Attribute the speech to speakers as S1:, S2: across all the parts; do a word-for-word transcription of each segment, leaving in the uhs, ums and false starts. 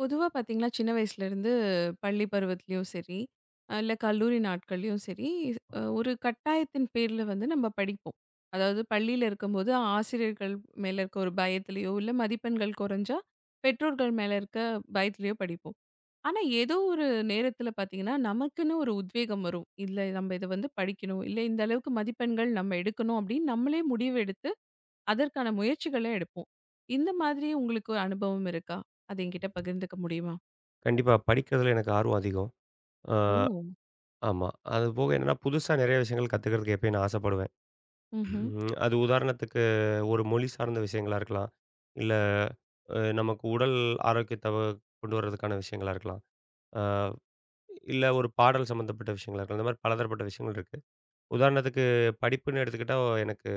S1: பொதுவா பார்த்தீங்கன்னா, சின்ன வயசுலேருந்து பள்ளி பருவத்திலயும் சரி, அ இல்ல கல்லூரி நாட்கள்லயும் சரி, அ ஒரு கட்டாயத்தின் பேர்ல வந்து நம்ம படிப்போம். அதாவது பள்ளியில இருக்கும்போது ஆசிரியர்கள் மேல இருக்க ஒரு பயத்திலயோ, இல்ல மதிப்பெண்கள் குறைஞ்சா பெற்றோர்கள் மேல இருக்க பயத்திலயோ படிப்போம். ஆனா, ஏதோ ஒரு நேரத்தில பார்த்தீங்கன்னா, நமக்குன்னு ஒரு உத்வேகம் வரும். இல்ல நம்ம இத வந்து படிக்கணும். இல்ல இந்த அளவுக்கு மதிப்பெண்கள் நம்ம எடுக்கணும் அப்படின்னு நம்மளே முடிவு எடுத்து அதற்கான முயற்சிகள எடுப்போம். இந்த மாதிரி உங்களுக்கு ஒரு அனுபவம் இருக்கா? அது என்கிட்ட பகிர்ந்துக்க முடியுமா?
S2: கண்டிப்பா. படிக்கிறதுல எனக்கு ஆர்வம் அதிகம். ஆ
S1: ஓ!
S2: ஆமா. அதுபோக என்னன்னா, புதுசா நெறைய விஷயங்கள் கத்துக்கிறதுக்கு எப்பயும் நான் ஆசைப்படுவேன்.
S1: ம்ஹ்ம்,
S2: உம் அது உதாரணத்துக்கு ஒரு மொழி சார்ந்த விஷயங்களா இருக்கலாம். இல்ல அ நமக்கு உடல் ஆரோக்கியத்த கொண்டு வர்றதுக்கான விஷயங்களா இருக்கலாம். ஆ இல்ல ஒரு பாடல் சம்மந்தப்பட்ட விஷயங்களா இருக்கலாம். இந்த மாரி பலதரப்பட்ட விஷயங்கள் இருக்கு. உதாரணத்துக்கு படிப்புன்னு எடுத்துக்கிட்டா, எனக்கு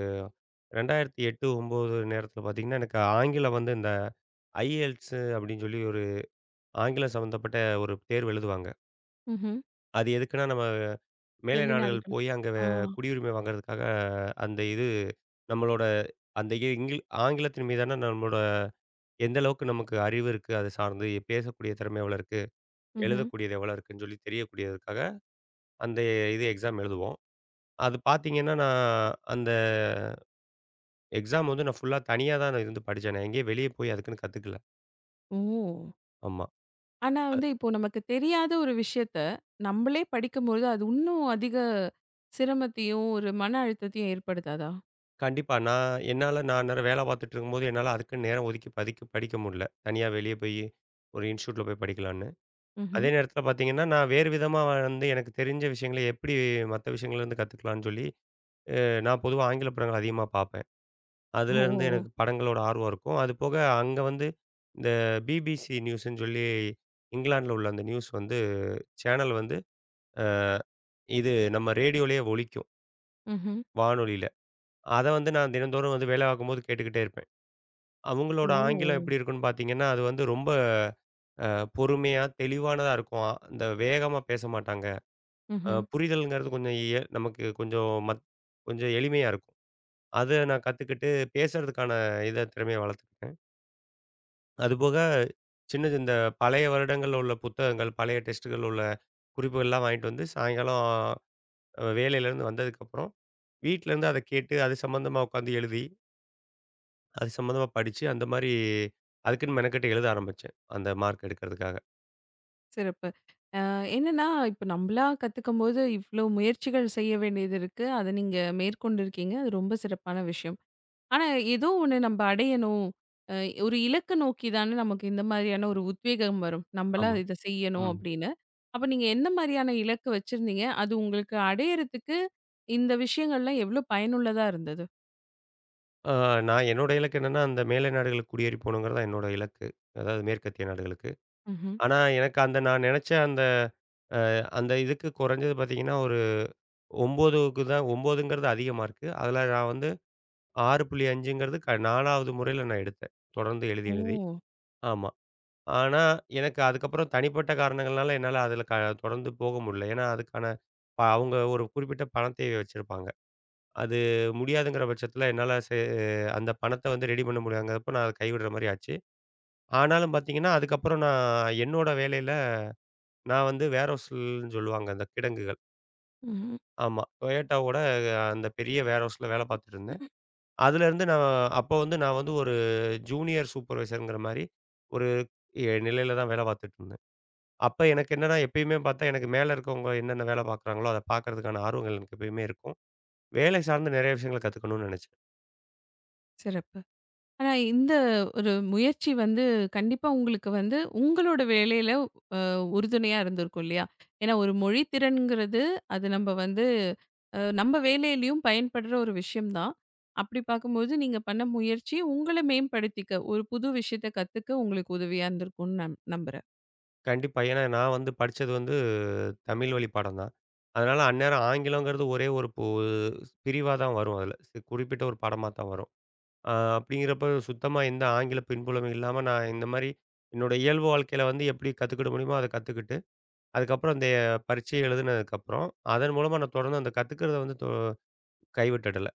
S2: இரண்டாயிரத்து எட்டு, ஒன்பது நேரத்தில பார்த்தீங்கன்னா, எனக்கு ஆங்கிலம் வந்து இந்த I E L T S அப்படின்னு சொல்லி ஒரு ஆங்கிலம் சம்மந்தப்பட்ட ஒரு தேர்வு எழுதுவாங்க.
S1: ம்ஹ்ம்.
S2: அது எதுக்குன்னா நம்ம மேலை நாடுகள்
S1: வெளிநாடுகளுக்கு.
S2: போய் அங்க வே
S1: ஆ.
S2: குடியுரிமை வாங்குறதுக்காக அந்த இது நம்மளோட அந்த இ இங்கில் ஆங்கிலத்தின் மீதான நம்மளோட எந்த அளவுக்கு நமக்கு அறிவு இருக்கு, அது சார்ந்து பேசக்கூடிய திறமை எவ்வளோ இருக்கு,
S1: ம்ஹ்ம்.
S2: எழுதக்கூடியது எவ்வளோ இருக்குன்னு சொல்லி தெரியக்கூடியதுக்காக அந்த இது எக்ஸாம் எழுதுவோம். அது பார்த்தீங்கன்னா, நான் அந்த எக்ஸாம் வந்து நான் ஃபுல்லா தனியா தான் நான் இருந்து படிச்சேன். நான் எங்கேயும் வெளிய போய் அதுக்குன்னு கத்துக்கல.
S1: ஓ!
S2: ஆமா.
S1: ஆனா வந்து இப்போ நமக்கு தெரியாத ஒரு விஷயத்த, நம்பளே படிக்கும்பொழுது அது இன்னும் அதிக சிரமத்தையும், ஒரு மன அழுத்தத்தையும் ஏற்படுத்தாதா?
S2: கண்டிப்பா. நான் என்னால நான் அந்நேரம் வேலை பார்த்துட்டு இருக்கும்போது, என்னால அதுக்குன்னு நேரம் ஒதுக்கி பதுக்கி படிக்க முடியல. தனியா வெளிய போயி ஒரு இன்ஸ்டிடியூட்ல போய் படிக்கலான்னு.
S1: ம்ஹ்ம்.
S2: அதே நேரத்தில பார்த்தீங்கன்னா, நான் வேறு விதமா வந்து எனக்கு தெரிஞ்ச விஷயங்கள எப்படி மத்த விஷயங்கள்லேருந்து கத்துக்கலான்னு சொல்லி, அ நான் பொதுவா ஆங்கில படங்கள் அதிகமா பார்ப்பேன். அதுலேருந்து
S1: ஓ!
S2: எனக்கு படங்களோட ஆர்வம் இருக்கும். அது போக அங்க வந்து இந்த பி பி சி நியூஸ்ன்னு சொல்லி இங்கிலாந்துல உள்ள அந்த நியூஸ் வந்து சேனல் வந்து அ இது நம்ம ரேடியோலேயே ஒலிக்கும்,
S1: ம்ஹ்ம்.
S2: வானொலியில. அத வந்து நான் தினந்தோறும் வந்து வேலை பார்க்கும்போது கேட்டுக்கிட்டே இருப்பேன்.
S1: ஓ!
S2: அவங்களோட ஆங்கிலம் எப்படி இருக்குன்னு பார்த்தீங்கன்னா, அது வந்து ரொம்ப அ பொறுமையா, தெளிவானதா இருக்கும். அந்த வேகமா பேச மாட்டாங்க. அ
S1: ம்ஹ்ம்.
S2: புரிதல்ங்கிறது கொஞ்சம் எ நமக்கு கொஞ்சம் மத் கொஞ்சம் எளிமையா இருக்கும். அத நான் கத்துக்கிட்டு பேசுறதுக்கான இத திறமைய வளர்த்துக்கிட்டேன். அதுபோக சின்னது இந்த பழைய வருடங்கள்ல உள்ள புத்தகங்கள், பழைய டெஸ்ட்டுகள்ல உள்ள குறிப்புகள்லாம் வாங்கிட்டு வந்து சாயங்காலம் அ வேலையிலேருந்து வந்ததுக்கப்புறம், வீட்லேருந்து அத கேட்டு அது சம்மந்தமா உட்காந்து எழுதி, அது சம்மந்தமா படிச்சு அந்த மாரி அதுக்குன்னு மெனக்கெட்டு எழுத ஆரம்பிச்சேன். அந்த மார்க் எடுக்கிறதுக்காக.
S1: சிறப்பு. அ என்னன்னா, இப்ப நம்பளா கத்துக்கும்போது இவ்ளோ முயற்சிகள் செய்ய வேண்டியது இருக்கு. அத நீங்க மேற்கொண்டிருக்கீங்க. அது ரொம்ப சிறப்பான விஷயம். ஆனா, ஏதோ ஒண்ணு நம்ப அடையணும். அ ஒரு இலக்க நோக்கி தானே நமக்கு இந்த மாதிரியான ஒரு உத்வேகம் வரும்.
S2: ஆமா.
S1: நம்பலாம் இத செய்யணும்
S2: ம்.
S1: அப்படின்னு. அப்ப நீங்க எந்த மாரியான இலக்கு வச்சிருந்தீங்க? அது உங்களுக்கு அடையறதுக்கு இந்த விஷயங்கள்லாம் எவ்ளோ பயனுள்ளதா இருந்தது?
S2: ஆ நான் என்னோட இலக்கு என்னன்னா, அந்த மேலை நாடுகளுக்கு குடியேறி போகணுங்கிறது தான் என்னோட இலக்கு. அதாவது மேற்கத்திய நாடுகளுக்கு.
S1: ம்ஹ்ம்.
S2: ஆனா, எனக்கு அந்த நான் நெனச்ச அந்த அந்த இதுக்கு குறைஞ்சது பார்த்தீங்கன்னா, ஒரு ஒன்பதுக்கு தான் ஒன்பதுங்கிறது அதிக மார்க்கு. அதுல நான் வந்து 6.5ங்கிறது க நான்காவது முறையில நான் எடுத்தேன். தொடர்ந்து எழுதி, எழுதி.
S1: ஓ!
S2: ஆமா. ஆனா, எனக்கு அதுக்கப்புறம் தனிப்பட்ட காரணங்கள்னால என்னால அதுல க தொடர்ந்து போக முடியல. ஏன்னா, அதுக்கான ப அவங்க ஒரு குறிப்பிட்ட பணத் தேவை வச்சிருப்பாங்க. அது முடியாதுங்கிற பட்சத்துல என்னால சே அந்த பணத்த வந்து ரெடி பண்ண முடியாதங்கிறப்ப நான் அத கைவிடுற மாரி ஆச்சு. ஆனாலும் பார்த்தீங்கன்னா, அதுக்கப்புறம் நான் என்னோட வேலையில நான் வந்து வேர் ஹவுஸ்ன்னு சொல்லுவாங்க அந்த கிடங்குகள்.
S1: ம்ஹ்ம்.
S2: ஆமா. டொயோட்டாவோட அந்த பெரிய வேர்ஹவுஸ்ல வேலை பார்த்துட்டு இருந்தேன். அதுலேருந்து நான் அப்போ வந்து நான் வந்து ஒரு ஜூனியர் சூப்பர்வைசர்ங்கிற மாரி ஒரு எ நிலையில தான் வேலை பார்த்துட்டு இருந்தேன். அப்ப எனக்கு என்னன்னா எப்பயுமே பார்த்தா எனக்கு மேல இருக்கவங்க என்னென்ன வேலை பார்க்குறாங்களோ, அத பார்க்கறதுக்கான ஆர்வங்கள் எனக்கு எப்பயுமே இருக்கும். வேலை சார்ந்த நிறைய விஷயங்கள கத்துக்கணும்னு நினைச்சேன்.
S1: சிறப்பு. ஆனா, இந்த ஒரு முயற்சி வந்து கண்டிப்பா உங்களுக்கு வந்து உங்களோட வேலையில அ உறுதுணையா இருந்திருக்கும் இல்லையா? ஏன்னா ஒரு மொழி திறன்ங்கிறது, அது நம்ம வந்து அ நம்ம வேலையிலயும் பயன்படுற ஒரு விஷயம் தான். அப்படி பார்க்கும்போது நீங்க பண்ண முயற்சி உங்கள மேம்படுத்திக்க, ஒரு புது விஷயத்த கத்துக்க உங்களுக்கு உதவியா இருந்திருக்கும்னு நான் நம்புறேன்.
S2: கண்டிப்பா. ஏன்னா நான் வந்து படிச்சது வந்து தமிழ் வழி பாடம் தான். அதனால அந்நேரம் ஆங்கிலங்கிறது ஒரே ஒரு பு பிரிவா தான் வரும் அதுல. சி- குறிப்பிட்ட ஒரு பாடமா தான் வரும். அ அப்படிங்கிறப்ப சுத்தமா எந்த ஆங்கில பின்புலமும் இல்லாம, நான் இந்த மாரி என்னோட இயல்பு வாழ்க்கையில வந்து எப்படி கத்துக்கிட முடியுமோ அத கத்துக்கிட்டு, அதுக்கப்புறம் அந்த பரீட்சை எழுதுனதுக்கப்புறம், அதன் மூலமா நான் தொடர்ந்து அந்த கத்துக்கிறத வந்து தொ கைவிட்டுடல.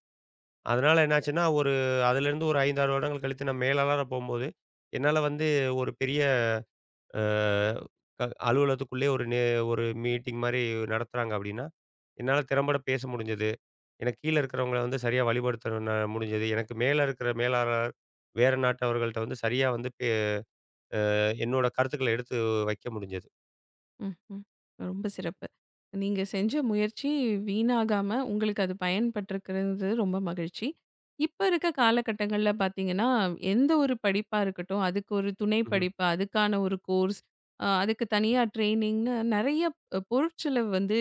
S2: அதனால என்னாச்சுன்னா, ஒரு அதிலேருந்து ஒரு ஐந்து, ஆறு வருடங்கள் கழித்து நான் மேலாளரா போம்போது, என்னால வந்து ஒரு பெரிய அ க அலுவலகத்துக்குள்ளேயே ஒரு நே ஒரு மீட்டிங் மாரி நடத்துறாங்க அப்படின்னா, என்னால திறம்பட பேச முடிஞ்சது. எனக்கு கீழ இருக்கிறவங்கள வந்து சரியா வழிபடுத்த ந முடிஞ்சது. எனக்கு மேல இருக்கிற மேலாளர் வேற நாட்டவர்கள்ட்ட வந்து சரியா வந்து பே என்னோட கருத்துக்கள எடுத்து வைக்க முடிஞ்சது.
S1: ம்ஹ்ம். ரொம்ப சிறப்பு. நீங்க செஞ்ச முயற்சி வீணாகாம உங்களுக்கு அது பயன்பட்டுருக்கிறது ரொம்ப மகிழ்ச்சி. இப்ப இருக்க காலகட்டங்கள்ல பார்த்தீங்கன்னா, எந்த ஒரு படிப்பா இருக்கட்டும், அதுக்கு ஒரு துணை
S2: ம்ஹ்ம்.
S1: படிப்பு, அதுக்கான ஒரு கோர்ஸ், அ அதுக்கு தனியா ட்ரெய்னிங்ன்னு நெறைய அ பொருட்செலவு வந்து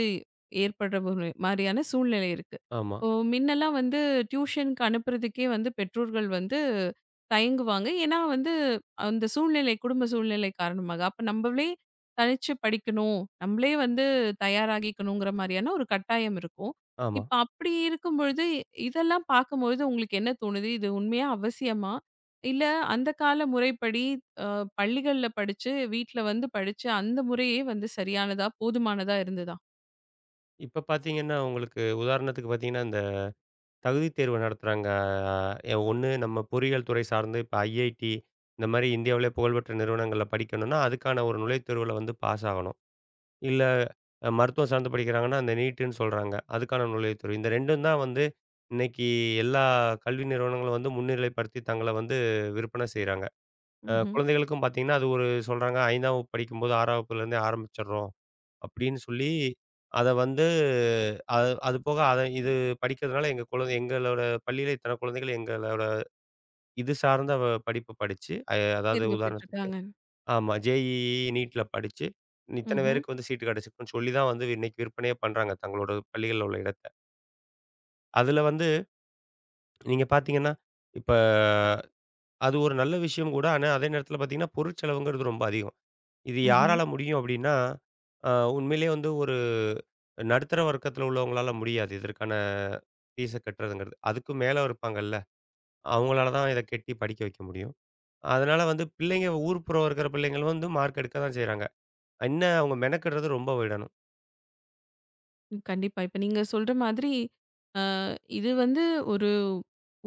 S1: ஏற்படுற ஒரு மாரியான சூழ்நிலை இருக்கு.
S2: ஆமா,
S1: இப்போ மின்னலாம் வந்து டியூஷனுக்கு அனுப்புறதுக்கே வந்து பெற்றோர்கள் வந்து தயங்குவாங்க. ஏன்னா வந்து அந்த சூழ்நிலை, குடும்ப சூழ்நிலை காரணமாக. அப்ப நம்மளே தனிச்சு படிக்கணும். நம்மளே வந்து தயாராகிக்கணுங்கிற மாரியான ஒரு கட்டாயம் இருக்கும்.
S2: ஆமா.
S1: இப்ப அப்படி இருக்கும் பொழுது, இதெல்லாம் பார்க்கும்பொழுது உங்களுக்கு என்ன தோணுது? இது உண்மையா அவசியமா? இல்ல அந்த கால முறைப்படி அ பள்ளிகள்ல படிச்சு, வீட்ல வந்து படிச்சு அந்த முறையே வந்து சரியானதா, போதுமானதா இருந்ததா?
S2: இப்ப பார்த்தீங்கன்னா, உங்களுக்கு உதாரணத்துக்கு பார்த்தீங்கன்னா, இந்த தகுதி தேர்வு நடத்துறாங்க. அ ஒண்ணு நம்ம பொறியியல் துறை சார்ந்து இப்ப ஐ ஐ டி இந்த மாரி இந்தியாவிலே புகழ்பெற்ற நிறுவனங்கள்ல படிக்கணும்னா, அதுக்கான ஒரு நுழைவுத் தேர்வுல வந்து பாஸ் ஆகணும். இல்ல அ மருத்துவம் சார்ந்து படிக்கிறாங்கன்னா, அந்த நீட்டுன்னு சொல்றாங்க. அதுக்கான நுழைவுத்தேர்வு. இந்த இரண்டும் தான் வந்து இன்னைக்கு எல்லா கல்வி நிறுவனங்களும் வந்து முன்னிலைப்படுத்தி தங்கள வந்து விற்பனை செய்றாங்க. அ
S1: ம்ஹ்ம்.
S2: குழந்தைகளுக்கும் பார்த்தீங்கன்னா, அது ஒரு சொல்றாங்க ஐந்தாம் வகுப்பு படிக்கும்போது ஆறாம் வகுப்புலேருந்தே ஆரம்பிச்சர்றோம் அப்படின்னு சொல்லி, அத வந்து அது அது போக அத இது படிக்கிறதுனால எங்க குழந்தை எங்களோட பள்ளியில இத்தன குழந்தைகள் எங்களோட இது சார்ந்த வ படிப்பு படிச்சு, அ அதாவது
S1: தேர்வு
S2: உதாரணத்துக்கு
S1: பெற்றிருக்காங்க.
S2: ஆமா. ஜே இ இ, நீட்ல படிச்சு, இத்தன
S1: ம்ஹ்ம்,
S2: பேருக்கு வந்து சீட்டு கிடைச்சிருக்குன்னு சொல்லி தான் வந்து இன்னைக்கு விற்பனையே பண்றாங்க, தங்களோட பள்ளிகள்ல உள்ள இடத்த. அதுல வந்து நீங்க பார்த்தீங்கன்னா, இப்ப அது ஒரு நல்ல விஷயம் கூட. ஆனா, அதே நேரத்துல பார்த்தீங்கன்னா, பொருட்செலவுங்கிறது ரொம்ப அதிகம். இது
S1: ம்ஹ்ம்.
S2: யாரால முடியும் அப்டின்னா, அ உண்மையிலேயே வந்து ஒரு நடுத்தர வர்க்கத்துல உள்ளவங்களால முடியாது. இதற்கான ஃபீஸ கட்டுறதுங்கிறது. அதுக்கும் மேல இருப்பாங்கல்ல, அவங்களால தான் இத கட்டி படிக்க வைக்க முடியும். அதனால வந்து பிள்ளைங்க ஊர்ப்புறம் இருக்கிற பிள்ளைங்களும் வந்து மார்க் எடுக்க தான் செய்றாங்க. என்ன அவங்க மெனக்கெடுறது ரொம்ப விடணும்.
S1: கண்டிப்பா. இப்ப நீங்க சொல்ற மாதிரி இது வந்து ஒரு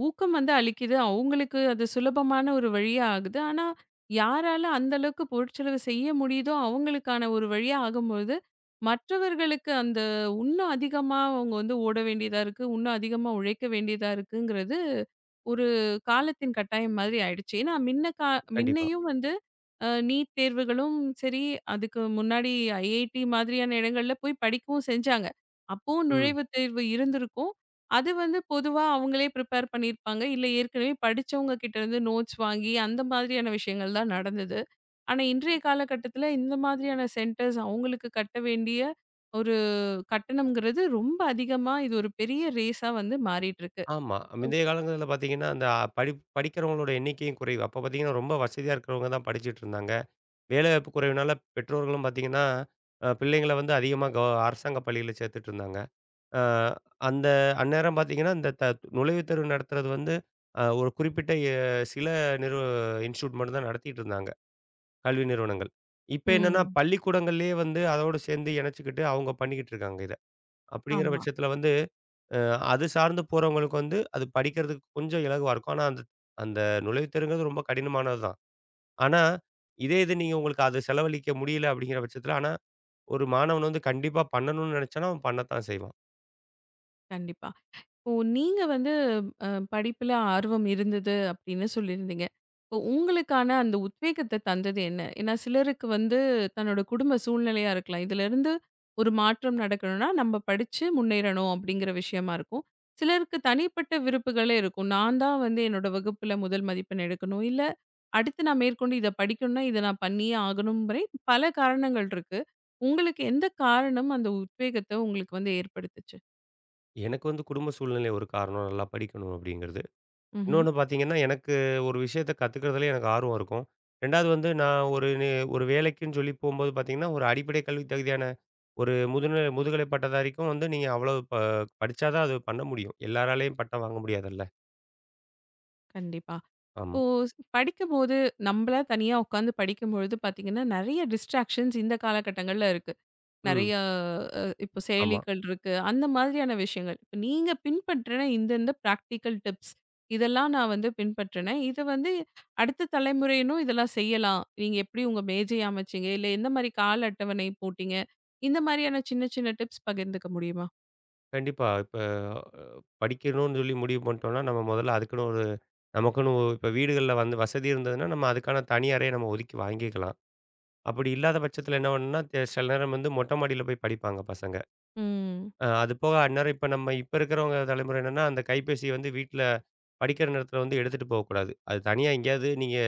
S1: ஊக்கம் வந்து அளிக்குது. அவங்களுக்கு அது சுலபமான ஒரு வழியா ஆகுது. ஆனா, யாரால அந்த அளவுக்கு பொருட்செலவு செய்ய முடியுதோ, அவங்களுக்கான ஒரு வழியா ஆகும்பொழுது, மற்றவர்களுக்கு அந்த இன்னும் அதிகமா அவங்க வந்து ஓட வேண்டியதா இருக்கு. இன்னும் அதிகமா உழைக்க வேண்டியதா இருக்குங்கிறது ஒரு காலத்தின் கட்டாயம் மாதிரி ஆயிடுச்சு. ஏன்னா, மின்ன கா
S2: கண்டிப்பா.
S1: மின்னையும் வந்து அ நீட் தேர்வுகளும் சரி, அதுக்கு முன்னாடி ஐஐடி மாதிரியான இடங்கள்ல போய் படிக்கவும் செஞ்சாங்க. அப்பவும்
S2: ம்.
S1: நுழைவுத் தேர்வு இருந்திருக்கும். அது வந்து பொதுவா அவங்களே ப்ரிப்பேர் பண்ணியிருப்பாங்க. இல்ல ஏற்கனவே படிச்சவங்க கிட்ட இருந்து நோட்ஸ் வாங்கி அந்த மாதிரியான விஷயங்கள் தான் நடந்தது. ஆனா, இன்றைய காலகட்டத்தில இந்த மாதிரியான சென்டர்ஸ் அவங்களுக்கு கட்ட வேண்டிய ஒரு கட்டணம்ங்கிறது ரொம்ப அதிகமா இது ஒரு பெரிய ரேஸா வந்து மாறிட்டு இருக்கு.
S2: ஆமா. முந்தைய காலங்கள்ல பார்த்தீங்கன்னா, அந்த படிப் படிக்கிறவங்களோட எண்ணிக்கையும் குறைவு. அப்ப பார்த்தீங்கன்னா, ரொம்ப வசதியா இருக்கிறவங்க தான் படிச்சுட்ருந்தாங்க. வேலைவாய்ப்பு குறைவுனால பெற்றோர்களும் பார்த்தீங்கன்னா, அ பிள்ளைங்கள வந்து அதிகமா கவ அரசாங்க பள்ளியில சேர்த்துட்ருந்தாங்க. அ அந்த அந்நேரம் பார்த்தீங்கன்னா, இந்த த நுழைவுத் தேர்வு நடத்துறது வந்து அ ஒரு குறிப்பிட்ட எ சில நிறு இன்ஸ்டிடியூட் மட்டும் தான் நடத்திட்ருந்தாங்க, கல்வி நிறுவனங்கள். இப்ப என்னன்னா,
S1: ம்.
S2: பள்ளிக்கூடங்கள்லயே வந்து அதோட சேர்ந்து இணச்சுக்கிட்டு அவங்க பண்ணிக்கிட்டு இருக்காங்க இத. அப்படிங்கிற
S1: ஆமா,
S2: பட்சத்தில வந்து அ அது சார்ந்து போறவங்களுக்கு வந்து, அது படிக்கிறதுக்கு கொஞ்சம் இலகுவா இருக்கும். ஆனா, அந்த அந்த நுழைவுத்தேர்வுங்கிறது ரொம்ப கடினமானது தான். ஆனா, இதே இது நீங்க உங்களுக்கு அது செலவழிக்க முடியல அப்படிங்கிற பட்சத்தில, ஆனா ஒரு மாணவன் வந்து கண்டிப்பா பண்ணணும்னு நெனைச்சானா, அவன் பண்ணத்தான் செய்வான்.
S1: கண்டிப்பா. இப்போ நீங்க வந்து அ படிப்புல ஆர்வம் இருந்தது அப்படின்னு சொல்லியிருந்தீங்க. இப்போ உங்களுக்கான அந்த உத்வேகத்த தந்தது என்ன? ஏன்னா சிலருக்கு வந்து தன்னோட குடும்ப சூழ்நிலையா இருக்கலாம். இதுலருந்து ஒரு மாற்றம் நடக்கணும்னா, நம்ம படிச்சு முன்னேறணும் அப்படிங்கிற விஷயமா இருக்கும். சிலருக்கு தனிப்பட்ட விருப்புகளே இருக்கும். நான் தான் வந்து என்னோட வகுப்புல முதல் மதிப்பெண் எடுக்கணும். இல்ல அடுத்து நான் மேற்கொண்டு இத படிக்கணும்னா, இத நான் பண்ணியே ஆகணும்ங்கிற பல காரணங்கள் இருக்கு. உங்களுக்கு எந்த காரணம் அந்த உத்வேகத்த உங்களுக்கு வந்து ஏற்படுத்துச்சு?
S2: எனக்கு வந்து குடும்ப சூழ்நிலை ஒரு காரணம், நல்லா படிக்கணும் அப்படிங்கிறது.
S1: ம்ஹ்ம்.
S2: இன்னொன்னு பார்த்தீங்கன்னா, எனக்கு ஒரு விஷயத்த கத்துக்கிறதுல எனக்கு ஆர்வம் இருக்கும். 2வது வந்து நான் ஒரு நி ஒரு வேலைக்குன்னு சொல்லி போம்போது பார்த்தீங்கன்னா, ஒரு அடிப்படை கல்வி தகுதியான ஒரு முதுநிலை முதுகலை பட்டதாரிக்கும் வந்து நீங்க அவ்வளோ ப படிச்சா தான் அது பண்ண முடியும். எல்லாராலயும் பட்டம் வாங்க முடியாதுல்ல.
S1: கண்டிப்பா.
S2: ஆமா.
S1: இப்போ ஸ் படிக்கும்போது, நம்பளா தனியா உட்காந்து படிக்கும்பொழுது பார்த்தீங்கன்னா, நெறைய டிஸ்ட்ராக்ஷன்ஸ் இந்த காலகட்டங்கள்ல இருக்கு.
S2: ம்.
S1: நெறைய அ இப்போ
S2: ஆமா.
S1: செயலிகள் இருக்கு. அந்த மாதிரியான விஷயங்கள். இப்ப நீங்க பின்பற்றின இந்த இந்த பிராக்டிகல் டிப்ஸ், இதெல்லாம் நான் வந்து பின்பற்றினேன். இத வந்து அடுத்த தலைமுறையினரும் இதெல்லாம் செய்யலாம். நீங்க எப்படி உங்க மேஜை அமைச்சீங்க? இல்ல எந்த மாரி கால அட்டவணை போட்டீங்க? இந்த மாரியான சின்ன சின்ன டிப்ஸ் பகிர்ந்துக்க முடியுமா?
S2: கண்டிப்பா. இப்ப அ படிக்கணும்னு சொல்லி முடிவு பண்ணிட்டோம்னா, நம்ம முதல்ல அதுக்குன்னு ஒரு நமக்குன்னு இப்ப வீடுகள்ல வந்து வசதி இருந்ததுன்னா, நம்ம அதுக்கான தனி அறைய நம்ம ஒதுக்கி வாங்கிக்கலாம். அப்படி இல்லாத பட்சத்தில என்ன பண்ணும்னா, தெ சில நேரம் வந்து மொட்டை மாடியில போய் படிப்பாங்க பசங்க.
S1: ம்.
S2: அ அது போக அந்நேரம் இப்ப நம்ம இப்ப இருக்கிறவங்க தலைமுறை என்னன்னா, அந்த கைபேசிய வந்து வீட்ல படிக்கிற நேரத்தில வந்து எடுத்துட்டு போகக்கூடாது. அது தனியா எங்கேயாவது நீங்க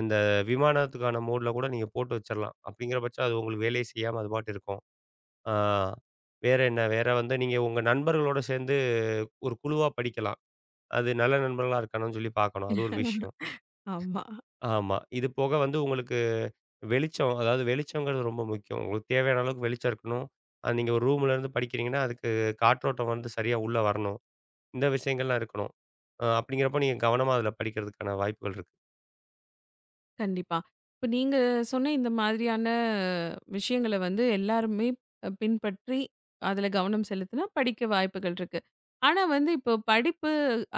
S2: இந்த விமானத்துக்கான மோட்ல கூட நீங்க போட்டு வச்சிரலாம். அப்படிங்கிற பட்சம் அது உங்களுக்கு வேலையே செய்யாம அது பாட்டு இருக்கும். ஆ வேற என்ன? வேற வந்து நீங்க உங்க நண்பர்களோட சேர்ந்து ஒரு குழுவா படிக்கலாம். அது நல்ல நண்பர்களா இருக்கானான்னு சொல்லி பார்க்கணும். அது ஒரு விஷயம்.
S1: ஆமா.
S2: ஆமா. இது போக வந்து உங்களுக்கு வெளிச்சம், அதாவது வெளிச்சங்கிறது ரொம்ப முக்கியம். உங்களுக்கு தேவையான அளவுக்கு வெளிச்சம் இருக்கணும். அது நீங்க ஒரு ரூம்ல இருந்து படிக்கிறீங்கன்னா, அதுக்கு காற்றோட்டம் வந்து சரியா உள்ள வரணும். இந்த விஷயங்கள்லாம் இருக்கணும். அ அப்படிங்கிறப்போ நீங்க கவனமா அதில படிக்கிறதுக்கான வாய்ப்புகள் இருக்கு.
S1: கண்டிப்பா. இப்ப நீங்க சொன்ன இந்த மாதிரியான விஷயங்கள வந்து எல்லாருமே அ பின்பற்றி, அதுல கவனம் செலுத்தினா படிக்க வாய்ப்புகள் இருக்கு. ஆனா வந்து இப்போ படிப்பு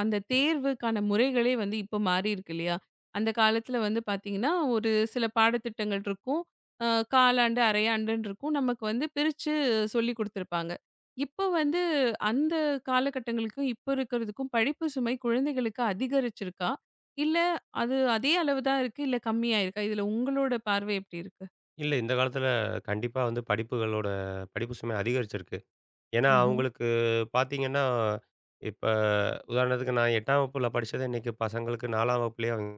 S1: அந்த தேர்வுக்கான முறைகளே வந்து இப்போ மாறியிருக்கு இல்லையா? அந்த காலத்துல வந்து பார்த்தீங்கன்னா, ஒரு சில பாடத்திட்டங்கள் இருக்கும். அ காலாண்டு, அரையாண்டுன்னு இருக்கும். நமக்கு வந்து பிரிச்சு சொல்லிக் குடுத்துருப்பாங்க. இப்போ வந்து அந்த காலகட்டங்களுக்கும், இப்போ இருக்கிறதுக்கும் படிப்பு சுமை குழந்தைகளுக்கு அதிகரிச்சிருக்கா? இல்ல அது அதே அளவு தான் இருக்கு, இல்ல கம்மியா இருக்கா? இதுல உங்களோட பார்வை எப்படி இருக்கு?
S2: இல்ல. இந்த காலத்துல கண்டிப்பா வந்து படிப்புகளோட படிப்பு சுமை அதிகரிச்சிருக்கு. ஏன்னா,
S1: ம்ஹ்ம்.
S2: அவங்களுக்கு பாத்தீங்கன்னா, இப்ப உதாரணத்துக்கு நான் எட்டாம் வகுப்புல படிச்சது இன்னைக்கு பசங்களுக்கு நான்காம் வகுப்புலயே அவங்க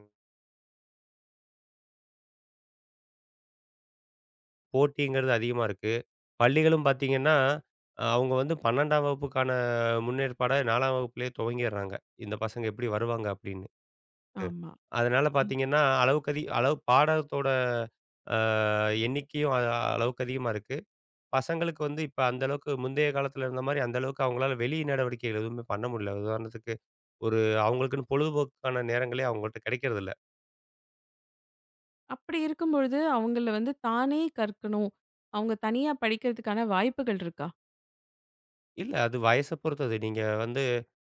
S2: போட்டிங்கிறது அதிகமா இருக்கு. பள்ளிகளும் பாத்தீங்கன்னா, அ அவங்க வந்து பன்னிரண்டாம் வகுப்புக்கான முன்னேற்பாட நான்காம் வகுப்புலயே துவங்கிர்றாங்க. இந்த பசங்க எப்படி வருவாங்க அப்படின்னு. ம்.
S1: ஆமா.
S2: அதனால
S1: ம்.
S2: பாத்தீங்கன்னா, அளவுக்கு அதிக அளவு பாடத்தோட அ எண்ணிக்கையும் அ அளவுக்கு அதிகமா இருக்கு. பசங்களுக்கு வந்து இப்ப அந்த அளவுக்கு முந்தைய காலத்துல இருந்த மாரி அந்த அளவுக்கு அவங்களால வெளி நடவடிக்கைகள் எதுவுமே பண்ண முடியல. உதாரணத்துக்கு ஒரு அவங்களுக்குன்னு பொழுதுபோக்குக்கான நேரங்களே அவங்கள்ட்ட கிடைக்கிறதில்ல.
S1: அப்படி இருக்கும்பொழுது, அவங்கள வந்து தானே கற்கணும். அவங்க தனியா படிக்கிறதுக்கான வாய்ப்புகள் இருக்கா?
S2: இல்ல இல்ல அது வயச பொறுத்தது. நீங்க வந்து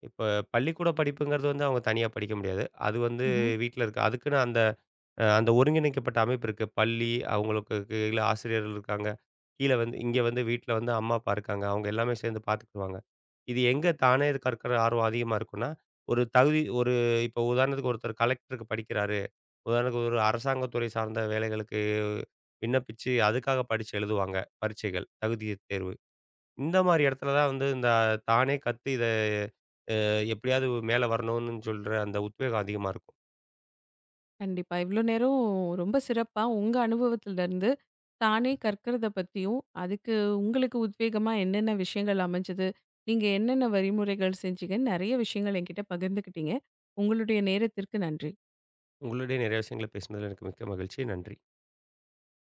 S2: இப்ப பள்ளிக்கூட படிப்புங்கிறது வந்து அவங்க தனியா படிக்க முடியாது. அது வந்து
S1: ம்ஹ்ம்.
S2: வீட்ல இருக்கு. அதுக்குன்னு அந்த அ அந்த ஒருங்கிணைக்கப்பட்ட அமைப்பு இருக்கு. பள்ளி, அவங்களுக்கு கீழ ஆசிரியர்கள் இருக்காங்க. கீழ வந்து இங்க வந்து வீட்ல வந்து அம்மா, அப்பா இருக்காங்க. அவங்க எல்லாமே சேர்ந்து பார்த்துக்குவாங்க. இது எங்க தானே இது கற்கிற ஆர்வம் அதிகமா இருக்குன்னா, ஒரு தகுதி ஒரு இப்போ உதாரணத்துக்கு ஒருத்தர் கலெக்டருக்கு படிக்கிறாரு. உதாரணத்துக்கு ஒரு அரசாங்க துறை சார்ந்த வேலைகளுக்கு விண்ணப்பிச்சு, அதுக்காக படிச்சு எழுதுவாங்க. பரீட்சைகள், தகுதி தேர்வு. இந்த மாரி இடத்துல தான் வந்து இந்த தானே கத்து இத எப்படியாவது மேல வரணும்னு சொல்ற அந்த உத்வேகம் அதிகமா இருக்கும்.
S1: கண்டிப்பா. இவ்ளோ நேரம் ரொம்ப சிறப்பா உங்க அனுபவத்திலருந்து தானே கற்கிறத பத்தியும், அதுக்கு உங்களுக்கு உத்வேகமா என்னென்ன விஷயங்கள் அமைஞ்சது? நீங்க என்னென்ன வழிமுறைகள் செஞ்சீங்கன்னு நெறைய விஷயங்கள் என்கிட்ட பகிர்ந்துக்கிட்டீங்க. உங்களுடைய நேரத்திற்கு நன்றி.
S2: உங்களுடைய நிறைய விஷயங்கள பேசினதுல எனக்கு மிக்க மகிழ்ச்சி. நன்றி.